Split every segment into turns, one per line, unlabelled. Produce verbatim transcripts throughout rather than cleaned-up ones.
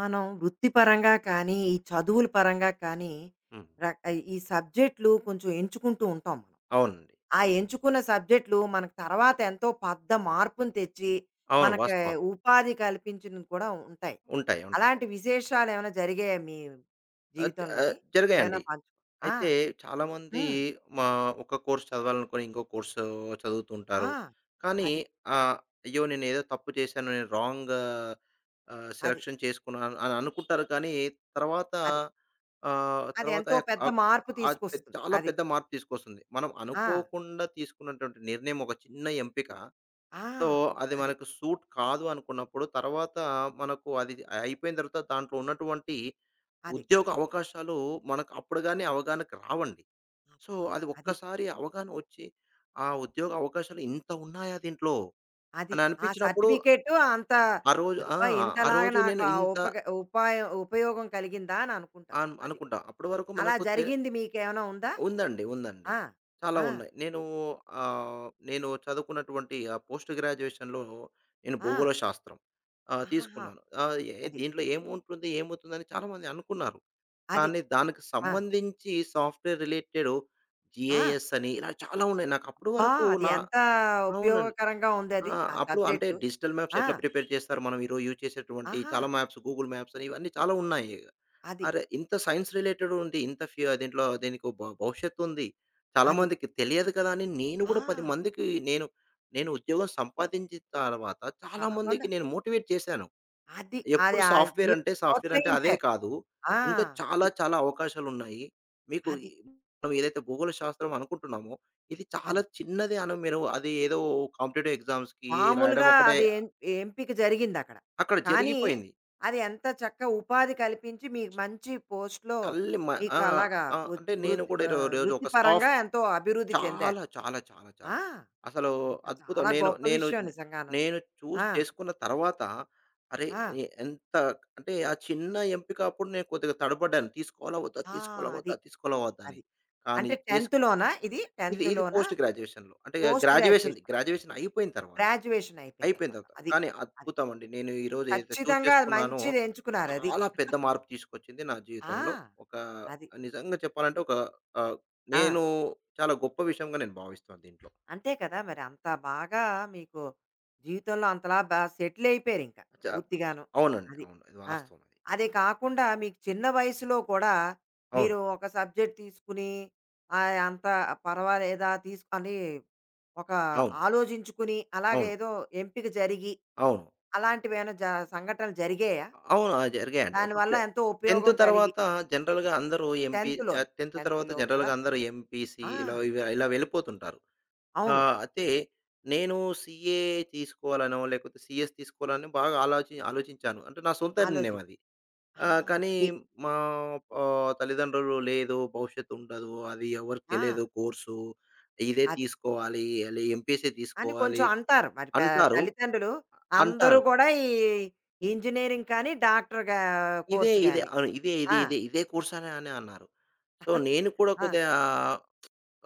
మనం వృత్తిపరంగా కానీ, ఈ చదువుల పరంగా కానీ,
హ్మ్.
రక్ ఈ సబ్జెక్టులు కొంచెం ఎంచుకుంటూ ఉంటాం మనం.
అవునండి.
ఆ ఎంచుకున్న సబ్జెక్టులు మనకు తర్వాత ఎంతో పెద్ద మార్పుని తెచ్చి,
అవును.
మనకి
వాస్తవం.
ఉపాధి కల్పించినవి కూడా ఉంటాయి.
ఉంటాయి. ఉంటాయి.
అలాంటి విశేషాలేమైనా జరిగాయా మీ
అద్ ఆహ్,
జీవితంలోని? ఏమైనా
జరిగాయండి.
పంచుకో. ఆ!
అయితే చాలామంది
హ్మ్.
మా ఒక కోర్స్ చదవాలనుకొని ఇంకో కోర్స్
ఆ!
చదువుతుంటారు. కానీ
అది.
ఆహ్, అయ్యో! నేనేదో తప్పు చేశాను. నేను రాంగ్ ఆహ్,
అది.
సెలక్షన్ చేసుకున్నాను అని అనుకుంటారు. కానీ తర్వాత
అది.
ఆహ్,
అది
తర్వాత
ఎంతో పెద్ద
ఆహ్,
మార్పు
ఆహ్,
తీసుకొస్తుంది.
చాలా
అది.
పెద్ద మార్పు తీసుకొస్తుంది. మనం
ఆ!
అనుకోకుండా తీసుకున్నటువంటి నిర్ణయం ఒక చిన్న ఎంపిక
ఆ!
సో, అది
అది.
మనకు సూట్ కాదు అనుకున్నప్పుడు తర్వాత మనకు అది అయిపోయిన తర్వాత దాంట్లో ఉన్నటువంటి
అది.
ఉద్యోగ అవకాశాలు మనకు అప్పుడు గాని అవగాహనకు రావండి. సో,
అబ్బా!
అది
అది.
ఒక్కసారి అవగాహన వచ్చి, ఆ ఉద్యోగ అవకాశాలు ఇంత ఉన్నాయా దీంట్లో
అది.
అని
ఆ
అనిపించినప్పుడు
సర్టిఫికేటు అంత
ఆ రోజు ఆ!
అబ్బా!
ఆ
ఇంతలాగా
రోజు
నాకు
నేను
ఆ
ఇంత
ఉపగ ఉపాయం ఉపయోగం కలిగిందా అని అనుకుంటాం.
అన్
అది.
అనుకుంటా. అప్పటి వరకు
అలా
మనకు తె
జరిగింది మీకేమైనా ఉందా?
ఉందండి. ఉందండి.
ఆ!
చాలా
ఆ!
ఉన్నాయి. నేను ఆహ్, నేను చదువుకున్నటువంటి ఆ పోస్ట్ గ్రాడ్యుయేషన్‌లో నేను
ఆ!
భూగోళ శాస్త్రం ఆహ్,
ఆహాహా!
తీసుకున్నాను. ఆహ్, ఏ
అది.
దీంట్లో ఏముంటుంది, ఏమవుతుందని చాలామంది అనుకున్నారు.
అది.
కానీ దానికి
ఆ!
సంబంధించి సాఫ్ట్‌వేర్ రిలేటెడ్
ఆ!
జీఐఎస్ అని ఇలా చాలా ఉన్నాయి. నాకు అప్పటి
అబ్బా!
వరకు
అది
నా
ఎంత
అవునండి.
ఉపయోగకరంగా
ఆ!
ఉందది. ఆ
అప్పుడు అంటే
సబ్జెక్టు.
డిజిటల్ మ్యాప్స్
ఆ!
ఎట్లా ప్రిపేర్ చేస్తారు. మనం ఈరోజు యూజ్ చేసేటువంటి
ఆహా!
చాలా మ్యాప్స్ గూగుల్ మ్యాప్స్ అని ఇవన్నీ చాలా ఉన్నాయి.
అది.
అరే! ఇంత సైన్స్ రిలేటెడ్ ఉంది. ఇంత ఫ్యూ దీంట్లో దీనికి ఒక భ భవిష్యత్తుంది.
అది.
చాలామందికి తెలియదు కదా! అని నేను
ఆ!
గూడా పది మందికి నేను, నేను ఉద్యోగం సంపాదించిన తర్వాత చాలామందికి
కాకుండా
నేను మోటివేట్ చేశాను.
అది. అది
ఎప్పుడు
ఆహ్,
సాఫ్ట్‌వేర్
మీరు
అంటే, సాఫ్ట్‌వేర్ అంటే అదే
ప్రోత్సహించారు.
కాదు.
ఆ!
ఇంకా చాలా
అది.
చాలా అవకాశాలున్నాయి. మీకు ఈ
అది.
మనం ఏదైతే భూగోళ శాస్త్రం అనుకుంటున్నామో, ఇది చాలా
అది.
చిన్నది అని మీరు అది ఏదో కాంపిటీటివ్ ఎగ్జామ్స్‌కి రాయడం
మామూలుగా
ఒకటే
అది ఎం ఎంపిక జరిగిందక్కడ.
అక్కడ
కానీ,
జరిగిపోయింది.
అది ఎంత చక్క ఉపాధి కల్పించి మీకు మంచి పోస్ట్‌లో
చల్లి మ ఆ!
మీకు అలాగా
ఆ!
వృ
అంటే నేను
వృత్
కూడా రో
ఆహ్,
రోజు ఒక
వృత్తిపరంగా
సాఫ్ట్
ఎంతో అభివృద్ధి చెందారు.
చాలా, చాలా, చాలా, చాలా.
ఆ!
అసలు
నిజం
అద్భుతం.
చాలా
నేను
గొప్ప
నేను
విషయం నిజంగాను.
నేను చూస్
ఆ!
చేసుకున్న తర్వాత అరే!
ఆ!
ఎ ఎంత అంటే ఆ చిన్న ఎంపిక అప్పుడు నేను కొద్దిగా తడబడ్డాను. తీసుకోవాలా వద్దా?
ఆ!
తీసుకోవాలా వద్దా?
అది.
తీసుకోవాలా వద్దా? అని.
అది.
కానీ
అంటే
చేసు
టెన్త్ లోనా ఇది?
ఇది
టెన్త్
ఇది
లోనా?
పోస్ట్ గ్రాడ్యుయేషన్‌లో. అంటే
పోస్ట్
గ్రాడ్యుయేషన్
గ్రాడ్యుయేషన్.
గ్రాడ్యుయేషన్ అయిపోయిన తర్వాత,
గ్రాడ్యుయేషన్ అయిపోయిన
అయిపోయిన
తర్వాత.
తర్వాత.
అది.
కానీ
అది.
అద్భుతం అండి. నేను ఈరోజు ఏదైతే చూస్
ఖచ్చితంగా అది
చేసుకున్నానో
మంచిది ఎంచుకున్నారది.
చాలా పెద్ద మార్పు తీసుకొచ్చింది నా
ఆ!
జీవితంలో. ఒక
అది.
నిజంగా చెప్పాలంటే ఒక ఆహ్,
ఆ!
నేను చాలా గొప్ప విషయంగా నేను భావిస్తాను దీంట్లో.
అంతే కదా! మరి అంత బాగా మీకు జీవితంలో అంతలా బా సెటిల్ అయిపోయారు ఇంకా
చా
పూర్తిగాను.
అవునండి.
అది.
అవును. ఇది
ఆ!
వాస్తవం అది.
అదే కాకుండా మీకు చిన్న వయసులో కూడా
అవును.
మీరు ఒక సబ్జెక్ట్ తీసుకుని ఆహ్, అంత పర్వాలేదా తీసు అని ఒక
అవును.
ఆలోచించుకుని అలాగే
అవును.
ఏదో ఎంపిక జరిగి
అవును.
అలాంటివేమైనా జ సంఘటనలు జరిగాయా?
అవును. ఆ! జరిగాయండి. ఇప్పుడు
దానివల్ల
టె
ఎంతో
10థ్
ఉపయోగం కలిగి
తర్వాత జనరల్‌గా అందరూ ఎంపీ
టెన్త్
ఆహ్,
లోనే
10థ్
టెన్త్
తర్వాత
కూడా
జనరల్‌గా అందరూ ఎంపీసీ
ఆ!
ఇలా ఇవి ఇలా వెళ్ళిపోతుంటారు.
అవును.
ఆహ్, అయితే నేను సీఏ తీసుకోవాలనో, లేకపోతే సీఎస్ తీసుకోవాలని బాగా ఆలోచి ఆలోచించాను. అంటే నా సొంత నిర్ణయం
ఆలోచించి.
అది.
ఆ!
ఆహ్, కానీ
అది.
మా ఆహ్, తల్లిదండ్రులు లేదు, భవిష్యత్తు ఉండదు, అది ఎవరికీ
ఆ!
తెలియదు కోర్సు. ఇదే
అది.
తీసుకోవాలి, ఎంపీసీ
అని కొంచెం
తీసుకోవాలి
అంటారు. మరి పే
అంటారు.
తల్లిదండ్రులు అందరూ
అంటారు.
కూడా ఈ ఇంజినీరింగ్ కానీ, డాక్టర్‌గా
ఇదే,
కోర్స్
ఇదే.
గాని.
అవును. ఇదే, ఇదే,
ఆ!
ఇదే, ఇదే కోర్సనే అని అని అన్నారు. సో, నేను కూడా
ఆ!
కొద్దిగా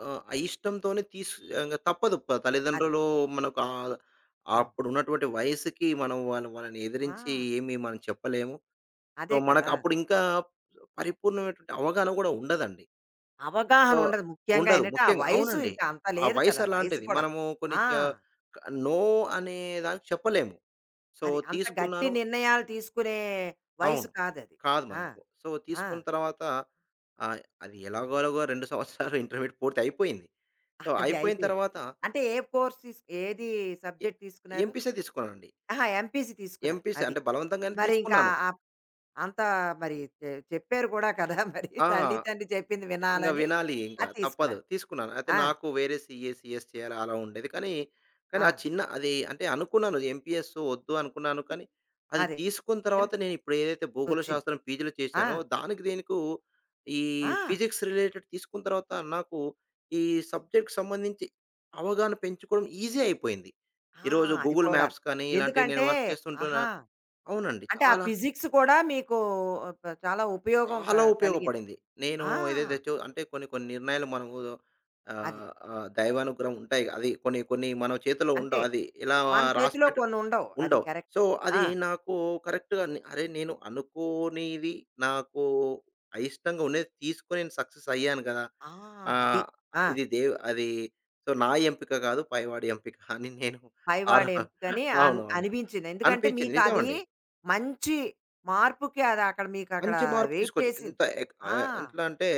ఆహ్, ఆ ఇష్టంతోనే తీస్ ఇంగ తప్పదు. ప
అది.
తల్లిదండ్రులు మనకు ఆహ్,
అవును.
అప్పుడున్నటువంటి వయసుకి మనం వాళ్ళ వాళ్ళని
ఆ!
ఎదిరించి ఏమి మనం చెప్పలేము. సో,
అదే
మనకు
కదా!
అప్పుడింకా పరిపూర్ణమైనటువంటి అవగాహన కూడా ఉండదండి. సో,
అవగాహన ఉండదు. ముఖ్యంగా
ఉండదు.
ఏంటంటే, ఆ
ముఖ్యంగా
వయసు
అవునండి.
ఇంకా అంత
ఆ
లేదు
వయసు
కదా! వయసు
అలాంటిది.
కూడా.
మనము కొన్ని
ఆ!
చ నో అనే దానికి చెప్పలేము. సో,
అది అంత గట్టి
తీసుకున్నాను
నిర్ణయాలు తీసుకునే
అవును.
వయసు కాదది.
కాదు
ఆ!
మనకు. సో,
ఆ!
తీసుకున్న తర్వాత ఆహ్, అది ఎలాగోలాగో రెండు సంవత్సరాలు ఇంటర్మీడియేట్ పూర్తి అయిపోయింది. సో,
అది
అయిపోయిన
అయిపోయింది.
తర్వాత
అంటే ఏ కోర్స్ తీసు ఏది
ఎ
సబ్జెక్ట్ తీసుకున్నారు?
ఎంపీసీ తీసుకున్నానండి.
ఆహా! ఎంపీసీ తీసుకున్నారు.
ఎంపీసీ
అది.
అంటే బలవంతంగానే
మరి ఇంకా
తీసుకున్నాను.
ఆ అంత మరి చె చెప్పారు కూడా కదా! మరి
ఆ!
తల్లి తండ్రి చెప్పింది
ఇంగ
వినాలని
వినాలి ఇంక.
అది
తప్పదు.
తీసుకున్నాను.
తీసుకున్నాను. అయితే
ఆ!
నాకు వేరే సీఏ, సీఎస్ చేయాలి అలా ఉండేది. కానీ, కానీ
ఆ!
ఆ చిన్న అది అంటే అనుకున్నాను ఎంపీఎస్ వద్దు అనుకున్నాను. కానీ, అది
అదే.
తీసుకున్న తర్వాత నేను
అని
ఇప్పుడు ఏదైతే భూగోళ
వచ్చింది.
శాస్త్రం పీజీలో
ఆ!
చేశానో దానికి దీనికు ఈ
ఆ!
ఫిజిక్స్ రిలేటెడ్ తీసుకున్న తర్వాత నాకు ఈ సబ్జెక్ట్‌కి సంబంధించి అవగాహన పెంచుకోవడం ఈజీ అయిపోయింది.
ఆ!
ఈరోజు
అది
గూగుల్
కూడా.
మ్యాప్స్ కానీ ఇలాంటివి నేను
ఎందుకంటే
వర్క్ చేస్తుంటున్నా
ఆహా!
అవునండి.
అంటే ఆ
చాలా
ఫిజిక్స్ కూడా మీకు ప చాలా ఉపయోగం క
చాలా
కలిగింది.
ఉపయోగపడింది. నేను
ఆ!
ఏదైతే చు అంటే కొన్ని కొన్ని నిర్ణయాలు మనము
అది.
ఆహ్, ఆహ్, దైవానుగ్రహం ఉంటాయి. అది కొన్ని కొన్ని మన చేతిలో
అంతే.
ఉండవు. అది ఇలా
మన చేతిలో
రాసిపెట్టు
కొన్నుండవు. అది
ఉండవు.
కరెక్ట్.
సో,
ఆ!
అది నాకు కరెక్ట్‌గా నే అరే! నేను అనుకోనిది నాకు అయిష్టంగా ఉండేది తీసుకొని నేను సక్సెస్ అయ్యాను కదా!
ఆ! అది.
ఆహ్,
ఆ!
ఇది దేవ్ అది సో, నా ఎంపిక కాదు పైవాడి ఎంపిక అని నేను ఆర
పైవాడి ఎంపికని అన్
అవునవును.
అనిపించింది. ఎందుకంటే
అనిపించింది.
మీకది
నిజమండి.
మంచి మార్పుకి అది అక్కడ మీకక్కడ
మంచి మార్పు
వెయిట్
తీసుకోవచ్చు.
చేసింది.
ఎంత ఎక్
ఆ!
ఆహ్, ఎట్లా అంటే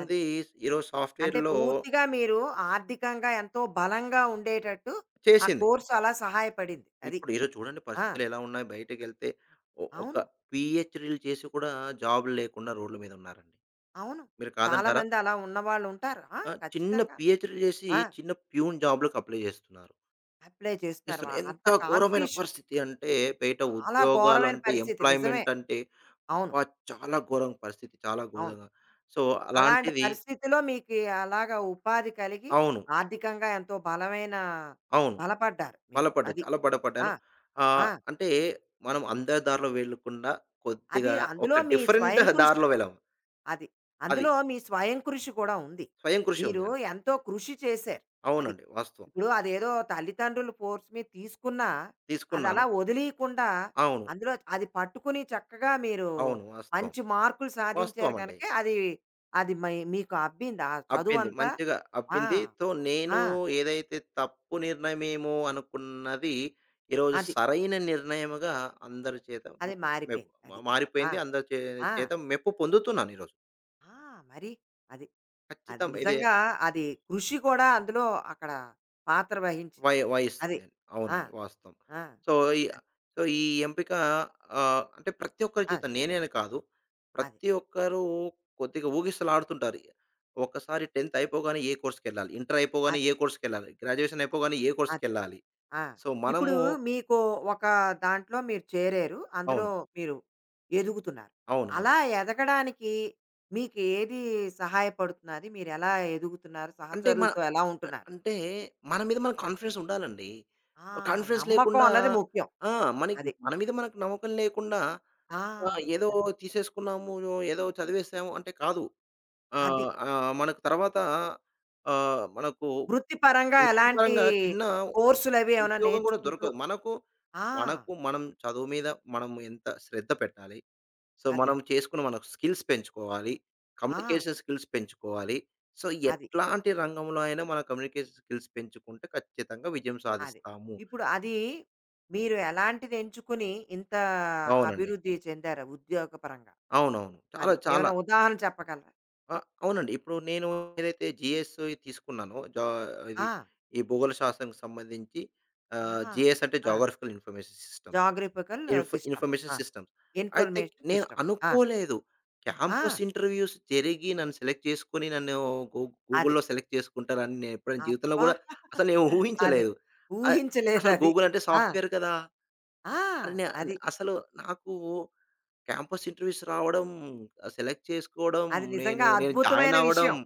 అది.
ఈరోజు
అంటే
సాఫ్ట్‌వేర్‌లో
పూర్తిగా మీరు ఆర్థికంగా ఎంతో బలంగా ఉండేటట్టు ఆ
చేసింది.
కోర్స్ అలా సహాయపడింది. అది.
ఇప్పుడు ఈరోజు చూడండి
ఆ!
పరిస్థితులు ఎలా ఉన్నాయి. బయటకెళ్తే ఒ
అవును.
ఒక పీహెచ్‌డీలు చేసి కూడా జాబ్‌లు లేకుండా రోడ్ల మీద ఉన్నారండి.
అవును.
మీరు
చాలా
కాదంటారా?
మంది అలా ఉన్నవాళ్ళుంటారు. ఆ!
ఆ! చిన్న
ఖచ్చితంగా.
పీహెచ్‌డీ చేసి
ఆ!
చిన్న ప్యూన్ జాబ్‌లకు అప్లై చేస్తున్నారు.
అప్లై చేస్తున్నారు. వ
చేస్తున్నారు. ఎంత
అంత
ఘోరమైన
కాంపిటీషన్.
పరిస్థితి అంటే బయట
చాలా ఘోరమైన
ఉద్యోగాలంటే
పరిస్థితి నిజమే.
ఎంప్లాయ్‌మెంట్ అంటే
అవును.
అబ్బా! చాలా ఘోరం పరిస్థితి. చాలా
అవును.
ఘోరంగా. సో
అలాంటి
అలాంటిది
పరిస్థితిలో మీకు అలాగా ఉపాధి కలిగి
అవును.
ఆర్థికంగా ఎంతో బలమైన
అవును.
బలపడ్డారు మీరు.
బలపడ్డా.
అది.
చాలా
ఆ!
బలపడ్డాను. ఆహ్,
ఆ!
అంటే మనం అందరి దారిలో వెళ్ళకుండా
అది
కొద్దిగా ఒక
అందులో మీ
డిఫరెంట్
స్వయం కృషి
దారిలో వెళ్ళాం.
అది.
అది
అందులో మీ స్వయం కృషి కూడా ఉంది.
స్వయం కృషి
మీరు
ఉందండి.
ఎంతో కృషి చేశారు. అది.
అవునండి. వాస్తవం.
ఇప్పుడు అదేదో తల్లిదండ్రులు ఫోర్స్ మీద తీసుకున్నా, అదలా
తీసుకున్నాను.
వదిలీయకుండా
అవును.
అందులో అది పట్టుకుని చక్కగా మీరు
అవును. వాస్తవం.
మంచి మార్కులు సాధించారు
వాస్తవం అండి.
గనకే అది అది మై మీకు అబ్బింది. ఆ
అబ్బింది.
చదువంతా
మంచిగా
ఆ!
అబ్బింది. సో, నేను
ఆ!
ఏదైతే తప్పు నిర్ణయమేమో అనుకున్నది ఈరోజు
అది.
సరైన నిర్ణయముగా అందరి చేత మె
అది
మెప్పు
మారిపోయింది. అది. ఆ!
మారిపోయింది. అందరి చే
ఆ!
చేత మెప్పు పొందుతున్నాను ఈరోజు.
ఆ! మరి. అది. అది
ఖచ్చితం ఇదే
నిజంగా అది కృషి కూడా అందులో అక్కడ పాత్ర వహించింది.
వయ
అది.
వయస్సుదండి.
ఆ!
అవునండి. వాస్తవం.
ఆ!
సో, ఈ
అది.
సో, ఈ ఎంపిక ఆహ్, అంటే ప్రతి ఒక్కరి
అది.
జీవితం నేనే అని కాదు.
అది.
ప్రతి ఒక్కరు కొద్దిగా ఊగిసలాడుతుంటారు. ఒకసారి 10థ్ అయిపోగానే ఏ కోర్స్‌కెళ్ళాలి, ఇంటర్ అయిపోగానే
అది.
ఏ కోర్స్‌కెళ్ళాలి, గ్రాడ్యుయేషన్ అయిపోగానే ఏ
అది.
కోర్స్‌కెళ్ళాలి.
ఆ!
సో,
ఇప్పుడు
మనము
మీకు ఒక దాంట్లో మీరు చేరారు. అందులో
అవును.
మీరు ఎదుగుతున్నారు.
అవునవును.
అలా ఎదగడానికి మీకు ఏది సహాయపడుతున్నది? మీరెలా ఎదుగుతున్నారు?
అంటే మన
సహచరులతో ఎలా
అ
ఉంటున్నారు?
అంటే మన మీద మనకు కాన్ఫిడెన్స్ ఉండాలండి.
ఆ!
కాన్ఫిడెన్స్
నమ్మకం
లేకుండా
అన్నది ముఖ్యం.
ఆ! మనకి
అది.
మన మీద మనకు నమ్మకం లేకుండా
ఆ!
ఆహ్, ఏదో
అది.
తీసేసుకున్నాము, ఏదో చదివేసాము అంటే కాదు. ఆ!
అది.
ఆహ్, మనకు తర్వాత ఆహ్, మనకు
వృత్తిపరంగా ఎలాంటి
వృత్తిపరంగా చిన్న
కోర్సులవి ఏమైనా
ఉద్యోగం కూడా
నేర్చుకుంటూ
దొరకదు. మనకు,
ఆ!
మనకు మనం చదువు మీద మనం ఎంత శ్రద్ధ పెట్టాలి. సో,
అది.
మనం చేసుకున్న మన స్కిల్స్ పెంచుకోవాలి.
ఆ!
కమ్యూనికేషన్ స్కిల్స్ పెంచుకోవాలి. సో,
అది.
ఎట్లాంటి రంగంలో అయినా మన కమ్యూనికేషన్ స్కిల్స్ పెంచుకుంటే ఖచ్చితంగా విజయం
అది.
సాధిస్తాము.
ఇప్పుడు అది మీరు ఎలాంటిది ఎంచుకుని ఇంత
అవునండి.
అభివృద్ధి చెందారు ఉద్యోగపరంగా?
అవునవును. చాలా
అది.
చాలా
ఏమైనా ఉదాహరణ చెప్పగలరా?
ఆ! అవునండి. ఇప్పుడు నేను ఏదైతే జీఎస్ తీసుకున్నానో జా ఇది
ఆ!
ఈ భూగోళ శాస్త్రంకి సంబంధించి ఆహ్,
ఆహా!
జీఎస్ అంటే
ఆ!
Geographical information system.
Geographical
info
system.
Information
ఆ!
సిస్టమ్స్. అయితే
ఇన్ఫర్మేషన్
నేను
సిస్టమ్. ఆ!
అనుకోలేదు. క్యాంపస్
ఆ!
ఇంటర్వ్యూస్ జరిగి నన్ను సెలెక్ట్ చేసుకొని నన్ను గూ
అది.
గూగుల్‌లో సెలెక్ట్ చేసుకుంటారని నేను ఎప్పుడైనా జీవితంలో
అబ్బా!
గూడా అసలు నేను
అది.
ఊహించలేదు. అ అసలు
ఊహించలేదది.
గూగుల్ అంటే
ఆ!
సాఫ్ట్‌వేర్ కదా!
ఆ!
అని నే
అది.
అసలు నాకు క్యాంపస్ ఇంటర్వ్యూస్ రావడం, ఆహ్, సెలెక్ట్ చేసుకోవడం,
అది
నేను
నిజంగా
నేను జాయిన్
అద్భుతమైన
అవ్వడం.
విషయం.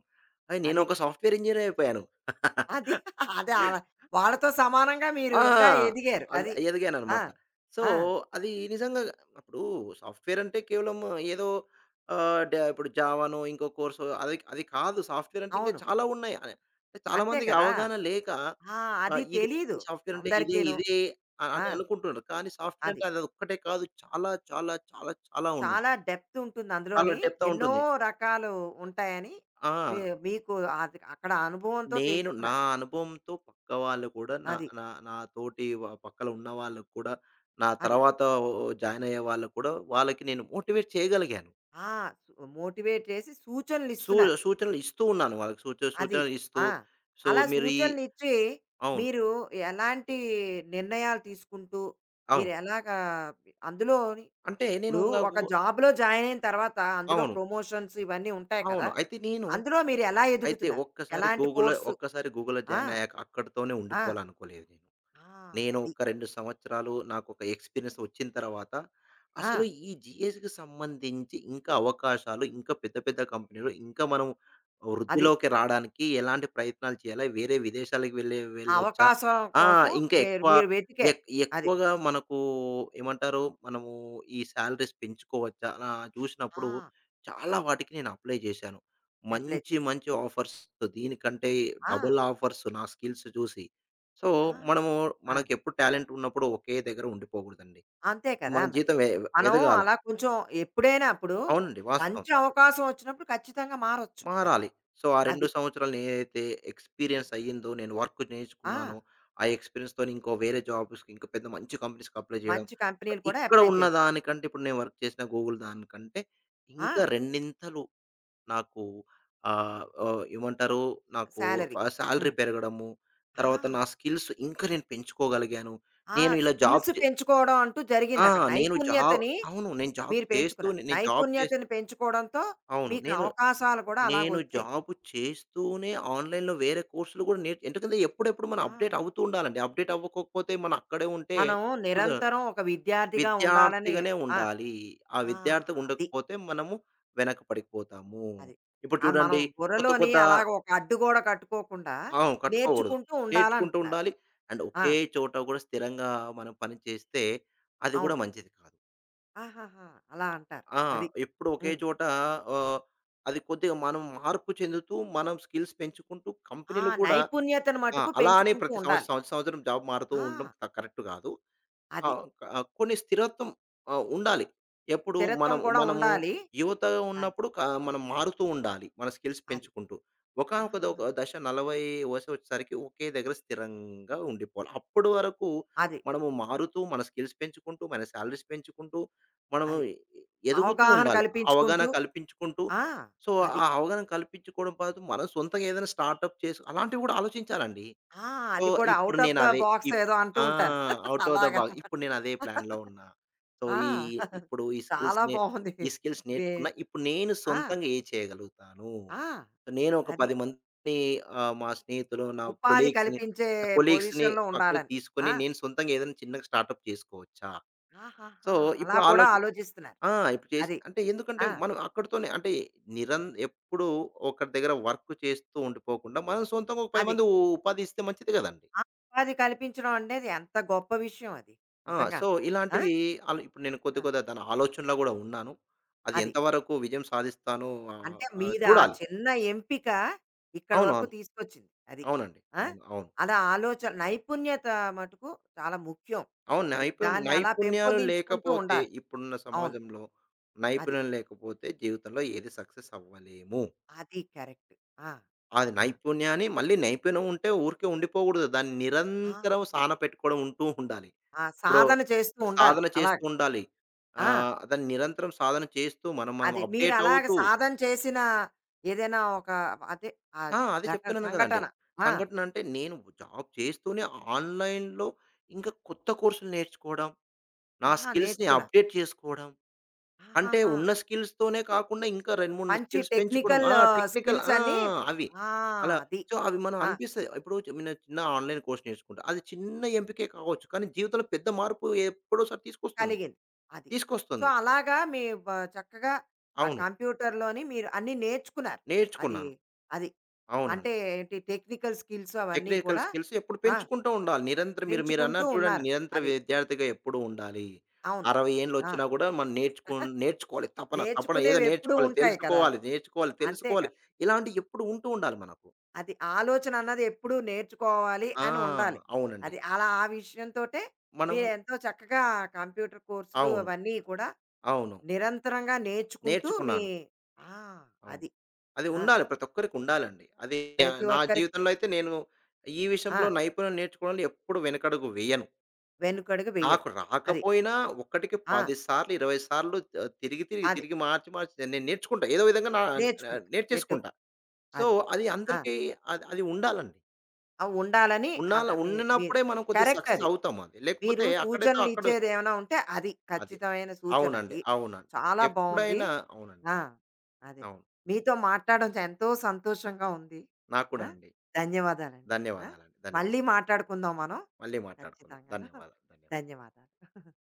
అయి
అది.
నేనొక సాఫ్ట్‌వేర్ ఇంజినీర్ అయిపోయాను.
అది. అదే ఆళ్ళ వాళ్ళతో సమానంగా మీరు
ఆ!
ఇంకా ఎదిగారు. అది.
అవి
ఆ!
ఎదిగాననమాట. సో,
ఆ!
అది నిజంగా ఇప్పుడు సాఫ్ట్‌వేర్ అంటే కేవలం ఏదో ఆహ్, డ ఇప్పుడు జావానో, ఇంకో కోర్సో అది అది కాదు. సాఫ్ట్‌వేర్ అంటే ఇంకా
అవును.
చాలా ఉన్నాయి. ఆహ్, చాలా
అంతే
మందికి
కదా!
అవగాహన లేక
ఆ! అది
ఆహ్, ఇది
తెలీదు
సాఫ్ట్‌వేర్ అంటే ఇదే,
అందరికీను.
ఇదే ఆహ్,
ఆ!
అని అనుకుంటున్నారు. కానీ సాఫ్ట్‌వేర్
అది.
అంటే అదొక్కటే కాదు. చాలా, చాలా, చాలా, చాలా ఉన్నాయి.
చాలా డెప్త్ ఉంటుంది
చాలా
అందులోని.
డెప్త్
ఎన్నో
ఉంటుంది.
రకాలు ఉంటాయని
ఆ!
మీ మీకు అది అక్కడ అనుభవంతో
నేను నా
తెలుసుకున్నారు.
అనుభవంతో పక్క వాళ్ళు కూడా నా
అది.
నా నా తోటి వ పక్కల ఉన్న వాళ్ళకి కూడా, నా
అది.
తర్వాత జాయిన్ అయ్యే వాళ్ళకి కూడా వాళ్ళకి నేను మోటివేట్ చేయగలిగాను.
ఆ! మోటివేట్ చేసి
సూ
సూచనలిస్తున్నారు.
సూచనలు ఇస్తూ ఉన్నాను వాళ్ళకి. సూచ
అది.
సూచనలు ఇస్తూ
ఆ!
సో,
అలా
మీరు ఈ
సూచనలిచ్చి
అవును.
మీరు ఎలాంటి నిర్ణయాలు తీసుకుంటూ,
అవును.
మీరెలాగా అందులోని
అంటే నేను
ఇప్పుడు
ఇంగ
ఒక
గు
జాబ్‌లో జాయిన్ అయిన తర్వాత అందులో
అవును.
ప్రమోషన్స్ ఇవన్నీ ఉంటాయి కదా!
అవును. అయితే నేను
అందులో మీరెలా
అయితే
ఎదుగుతున్నారు?
ఒక్కసారి
ఎలాంటి
గూగుల్‌లో
కోర్సు
ఒక్కసారి గూగుల్‌లో
ఆ!
జాయిన్ అయ్యాక అక్కడితోనే
ఆ!
ఉండిపోవాలనుకోలేదు నేను.
ఆ!
నేను
అది.
ఒక రెండు సంవత్సరాలు నాకొక ఎక్స్‌పీరియన్స్ వచ్చిన తర్వాత,
ఆ!
అసలు ఈ జీఎస్‌కి సంబంధించి ఇంకా అవకాశాలు, ఇంకా పెద్ద పెద్ద కంపెనీలు, ఇంకా మనం
అది.
వృద్ధిలోకి రాడానికి ఎలాంటి ప్రయత్నాలు చేయాలి? వేరే విదేశాలకు వెళ్ళే
ఆ
వెళ్ళొచ్చా?
అవకాశం
ఆ!
కోసం
ఇంకా
మీరు
ఎక్కువ
మీరు వెతికారు.
ఎక్
అది.
ఎక్కువగా మనకు ఏమంటారు? మనము ఈ సాలరీస్ పెంచుకోవచ్చా? అలా చూసినప్పుడు
ఆ!
చాలా వాటికి నేను అప్లై చేశాను.
అప్లై
మంచి
చేశారు.
మంచి ఆఫర్స్ దీనికంటే
ఆ!
డబుల్ ఆఫర్స్ నా స్కిల్స్ చూసి సో,
ఆ!
మనము
ఆ!
మనకెప్పుడు టాలెంట్ ఉన్నప్పుడు ఒకే దగ్గర ఉండిపోకూడదండి.
అంతే కదా
మన
మరి.
జీతం ఎ
మనం
ఎదగాల.
అలా కొంచెం ఎప్పుడైనా అప్పుడు
అవునండి. వాస్తవం.
మంచి అవకాశం వచ్చినప్పుడు ఖచ్చితంగా మారొచ్చు. అది.
మారాలి. సో, ఆ రెండు
అది.
సంవత్సరాలు నేనైతే ఎక్స్‌పీరియన్స్ అయ్యిందో, నేను వర్క్
ఆ!
నేర్చుకున్నానో, ఆ ఎక్స్‌పీరియన్స్‌తోని ఇంకో వేరే జాబ్స్‌కి ఇంకా పెద్ద మంచి కంపెనీస్‌కి అప్లై చేయడం.
మంచి
సో,
కంపెనీలు కూడా
ఇక్కడ
అప్లై
ఉన్న
చేసి
దానికంటే ఇప్పుడు నేను వర్క్ చేసిన గూగుల్ దానికంటే ఇంకా
ఆ!
రెండింతలు నాకు ఆహ్, ఆహ్, ఏమంటారు? నాకు
సాలరీ.
ఫ సాలరీ
హ్మ్.
పెరగడము, తర్వాత
ఆ!
నా స్కిల్స్ ఇంకా నేను పెంచుకోగలిగాను.
ఆ!
నేను ఇలా జాబ్
స్కిల్స్
చే
పెంచుకోవడం అంటూ
ఆ!
జరిగిందక్కడ.
నేను జాబ్
నైపుణ్యతని
అవును. నేను జాబ్
మీరు పెంచుకున్నారు.
చేస్తూనే నేను జాబ్ చేస్తూ
నైపుణ్యతని పెంచుకోవడంతో
అవును.
మీకు
నేను
అవకాశాలు కూడా
నేను
అలాగొచ్చాయి.
జాబ్ చేస్తూనే ఆన్‌లైన్‌లో వేరే కోర్సులు కూడా నేర్చు ఎందుకంటే ఎప్పుడెప్పుడు మనం
ఆ!
అప్‌డేట్ అవుతూ ఉండాలండి. అప్‌డేట్ అవ్వకోకపోతే మనం అక్కడే ఉంటే
మనం
కుదరదు.
నిరంతరం ఒక విద్యార్థిగా ఉండాలని
విద్యార్థిగానే
ఆ!
ఉండాలి. ఆ
ఆ!
విద్యార్థిగా
అది.
ఉండకపోతే మనము వెనక పడిపోతాము.
అది.
ఇప్పుడు
ఆ! మనం
చూడండి కొత్త
బుర్రలోని
కొత్త
అలాగ ఒక అడ్డుగోడ కట్టుకోకుండా
అవును. కట్టుకోకూడదు.
నేర్చుకుంటూ
నేర్చుకుంటూ
ఉండాలంటున్నారు.
ఉండాలి. అండ్
ఆ!
ఒకే చోట కూడా స్థిరంగా మనం పని చేస్తే అది కూడా
అవును.
మంచిది కాదు.
ఆహాహా! అలా అంటారు.
ఆ!
అది.
ఎప్పుడు ఒకే
హ్మ్.
చోట ఆహ్, అది కొద్దిగా మనం మార్పు చెందుతూ, మనం స్కిల్స్ పెంచుకుంటూ
ఆ!
కంపెనీలు కూడా
నైపుణ్యతను
ఆ!
మటుకు
అలా అని
పెంచుకుంటూ
ప్రతి
ఉండాలి.
సంవత్సరం సంవత్సరం జాబ్ మారుతూ ఉండడం
ఆ!
క కరెక్ట్ కాదు. కా
అది.
ఆహ్, కొన్ని స్థిరత్వం ఆహ్, ఉండాలి. ఎప్పుడు
స్థిరత్వం
మనం
కూడా
మనము
ఉండాలి.
యువతగా
కానీ
ఉన్నప్పుడు క మనం మారుతూ ఉండాలి. మన స్కిల్స్
అది.
పెంచుకుంటూ.
ఆ!
ఒకానొక ద ఒక దశ నలభై వయసు వచ్చేసరికి ఒకే దగ్గర స్థిరంగా ఉండిపోవాలి. అప్పటి వరకు
అది.
మనము మారుతూ, మన స్కిల్స్ పెంచుకుంటూ, మన సాలరీస్ పెంచుకుంటూ, మనము
అది.
ఎ- ఎదుగుతూ
అవగాహన
ఉండాలి. అవగాహన
కల్పించుకుంటూ
కల్పించుకుంటూ.
ఆ!
సో,
అది.
ఆ అవగాహన కల్పించుకోవడం పాటు మనం సొంతంగా ఏదైనా స్టార్టప్ చేసి అలాంటివి కూడా ఆలోచించాలండి.
ఆ!
సో,
అది కూడా
ఇప్పుడు
ఔట్ ఆఫ్
నేను
ద
అదే
బాక్స్
ఇప్
ఏదో అంటూ
ఆ!
ఉంటారు.
ఔట్ ఆఫ్ ద
అలాగా.
బాక్స్. ఇప్పుడు నేను అదే ప్లాన్‌లో ఉన్నా. సో,
ఆ!
ఈ ఇప్పుడు ఈ స్కిల్స్
చాలా
నే
బావుంది.
ఈ స్కిల్స్
వే
నేర్చుకున్న. ఇప్పుడు నేను
ఆ!
సొంతంగా ఏది చేయగలుగుతాను?
ఆ!
సో నేను ఒక
అది.
పది మందిని ఆహ్, మా స్నేహితులు, నా
ఉపాధి
కొలీగ్స్‌ని
కల్పించే
నా కొలీగ్స్‌ని
పొజిషన్‌లో
పక్కకు
ఉండాలని.
తీసుకొని
ఆ!
నేను సొంతంగా ఏదైనా చిన్నగా స్టార్టప్ చేసుకోవచ్చా? సో,
ఆహాహా! అలా
ఇప్పుడు
కూడా
ఆలోచన
ఆలోచిస్తున్నారు.
ఆ! ఇప్పుడు చేసి
అది.
అంటే ఎందుకంటే
ఆ!
మనం అక్కడితోనే అంటే నిరం ఎప్పుడూ ఒకరి దగ్గర వర్క్ చేస్తూ ఉండిపోకుండా, మనం సొంతంగా ఒక పది
అది.
మంది ఉపాధి ఇస్తే మంచిది కదండీ!
ఆ ఉపాధి కల్పించడం అనేది ఎంత గొప్ప విషయం అది.
ఆ!
నిజంగా.
సో,
ఆ!
ఇలాంటివి ఆలో ఇప్పుడు నేను కొద్ది
ఆ!
కొద్దిగా దాని ఆలోచనలో గూడా ఉన్నాను. అది
అది.
ఎంతవరకు విజయం సాధిస్తాను ఆహ్,
అంటే
ఆహ్,
మీద ఆ
చూడాలి.
చిన్న ఎంపిక ఇక్కడి వరకు
అవునవును.
తీసుకొచ్చింది. అది.
అవునండి.
ఆ!
అవును. అవును.
అలా ఆలోచన నైపుణ్యత మటుకు చాలా ముఖ్యం.
అవును.
అది.
నైపుణ్యం
దాన్ని అలా
నైపుణ్యాలు
పెంపొందించుకుంటూ
లేకపోతే
ఉండాలి.
ఇప్పుడున్న
అవును.
సమాజంలో
అది.
నైపుణ్యం లేకపోతే జీవితంలో ఏది సక్సెస్ అవ్వలేము.
అది కరెక్ట్. ఆ!
అది
ఆ!
నైపుణ్యాన్ని మళ్ళీ నైపుణ్యం ఉంటే ఊరికే ఉండిపోకూడదు. దాన్ని
ఆ!
నిరంతరం సాన పెట్టుకోవడం ఉంటూ ఉండాలి.
ఆ
ఇప్పుడు
సాధన చేస్తూ ఉండాలి.
సాధన
అలా.
చేస్తూ ఉండాలి.
ఆ!
ఆహ్, దాన్ని నిరంతరం సాధన చేస్తూ మనం మనం
అదే
అప్‌డేట్
మీరలాగ
అవుతూ
సాధన చేసిన ఏదైనా ఒక అదే ఆ
ఆ! అదే
ఘట
చెప్తున్నాను కదండీ.
సంఘటన. ఆ!
సంఘటన అంటే నేను జాబ్ చేస్తూనే ఆన్‌లైన్‌లో ఇంకా కొత్త కోర్సులు నేర్చుకోవడం, నా
ఆహా!
స్కిల్స్‌ని
నేర్చుకున్నారు.
అప్‌డేట్ చేసుకోవడం. అంటే
ఆహాహా!
ఉన్న స్కిల్స్‌తోనే కాకుండా ఇంకా రెండు, మూడు
మంచి
స్కిల్స్ పెంచుకోవడం.
టెక్నికల్
ఆ! టెక్నికల్
స్కిల్స్
ఆ!
అన్నీ
అవి.
ఆ!
అలా
అది.
సో, అవి మనం
ఆ!
అనిపిస్తది. ఇప్పుడు నేను చిన్న ఆన్‌లైన్ కోర్స్ నేర్చుకుంటా. అది చిన్న ఎంపికే కావచ్చు. కానీ జీవితంలో పెద్ద మార్పు ఎప్పుడోసారి తీసుకొస్తుంది.
కలిగింది. అది. సో,
తీసుకొస్తుంది.
అలాగా మీ బ చక్కగా ఆ
అవును.
కంప్యూటర్‌లోని మీరు అన్నీ నేర్చుకున్నారు. అది,
నేర్చుకున్నాను.
అది. అంటే
అవునండి.
ఏంటి టెక్నికల్ స్కిల్స్ అవన్నీ
టెక్నికల్
కూడా
స్కిల్స్ ఎప్పుడు
ఆ!
పెంచుకుంటూ ఉండాలి. నిరంతరం మీరు
పెంచుకుంటూ
మీరన్నారు చూడండి
ఉన్నారు.
నిరంతర
అది.
విద్యార్థిగా ఎప్పుడూ ఉండాలి.
అవును.
అరవై
ఆ!
ఏండ్లొచ్చినా గూడా మనం నేర్చుకున్ నేర్చుకోవాలి. తపన, తపన ఏదో
నేర్చుకునేవెప్పుడూ
నేర్చుకోవాలి,
ఉంటాయి కదా!
తెలుసుకోవాలి, నేర్చుకోవాలి,
అంతే
తెలుసుకోవాలి.
కదా!
ఇలాంటియి ఎప్పుడు ఉంటూ ఉండాలి మనకు.
అది ఆలోచన అన్నది ఎప్పుడూ నేర్చుకోవాలి
ఆ!
అని ఉండాలి.
అవునండి.
అది అలా ఆ విషయంతోటే
మనం
మీరెంతో చక్కగా కంప్యూటర్ కోర్సులు
అవును.
అవన్నీ కూడా
అవును.
నిరంతరంగా నేర్చుకుంటూ మీ
నేర్చుకున్నాను.
ఆ!
అవును.
అది.
అది
ఆ!
ఉండాలి. ప్రతి ఒక్కరికి ఉండాలండి. అది
ప్రతి
నా
ఒక్కరికి
జీవితంలో అయితే నేను ఈ
ఆ!
విషయంలో నైపుణ్యం నేర్చుకోవడంలో ఎప్పుడు వెనకడుగు వేయను.
వెనుకడుగు వెయ్యరు.
నాకు
అది.
రాకపోయినా ఒక్కటికి
ఆ!
పది సార్లు, ఇరవై సార్లు ఆహ్, తిరిగి, తిరిగి,
అది.
తిరిగి మార్చి, మార్చి నేను నేర్చుకుంటా. ఏదో విధంగా నా ఆహ్,
నేర్చుకుంటారు. ఎటు
నేర్చేసుకుంటా. సో,
అది.
అది
ఆ!
అందరికీ అది అది ఉండాలండి.
ఆ ఉండాలని అన
ఉన్నాల
మీ మీరు
ఉన్నప్పుడే మనం కొద్దిగా
కరెక్ట్
సక్సెస్
అది.
అవుతాం అది. లేకపోతే
మీరు
అక్కడితో
సూచనలు
అక్కడ
ఇచ్చేదేమైనా ఉంటే అది.
అది.
ఖచ్చితమైన
అవునండి.
సూచనది.
అవునండి.
చాలా బావుంది.
ఎప్పుడైనా అవునండి.
ఆ! అదే.
అవును.
మీతో మాట్లాడడం చ ఎంతో సంతోషంగా ఉంది.
నాకు కూడా
ఆ!
అండి.
ధన్యవాదాలండి. ఆ!
ధన్యవాదాలండి. ధన్యవాదాలు.
మళ్ళీ మాట్లాడుకుందాం మనం.
మళ్ళీ మాట్లాడుకుందాం.
ఖచ్చితంగాను.
ధన్యవాదాలు. ధన్యవాదాలు.
ధన్యవాదాలు.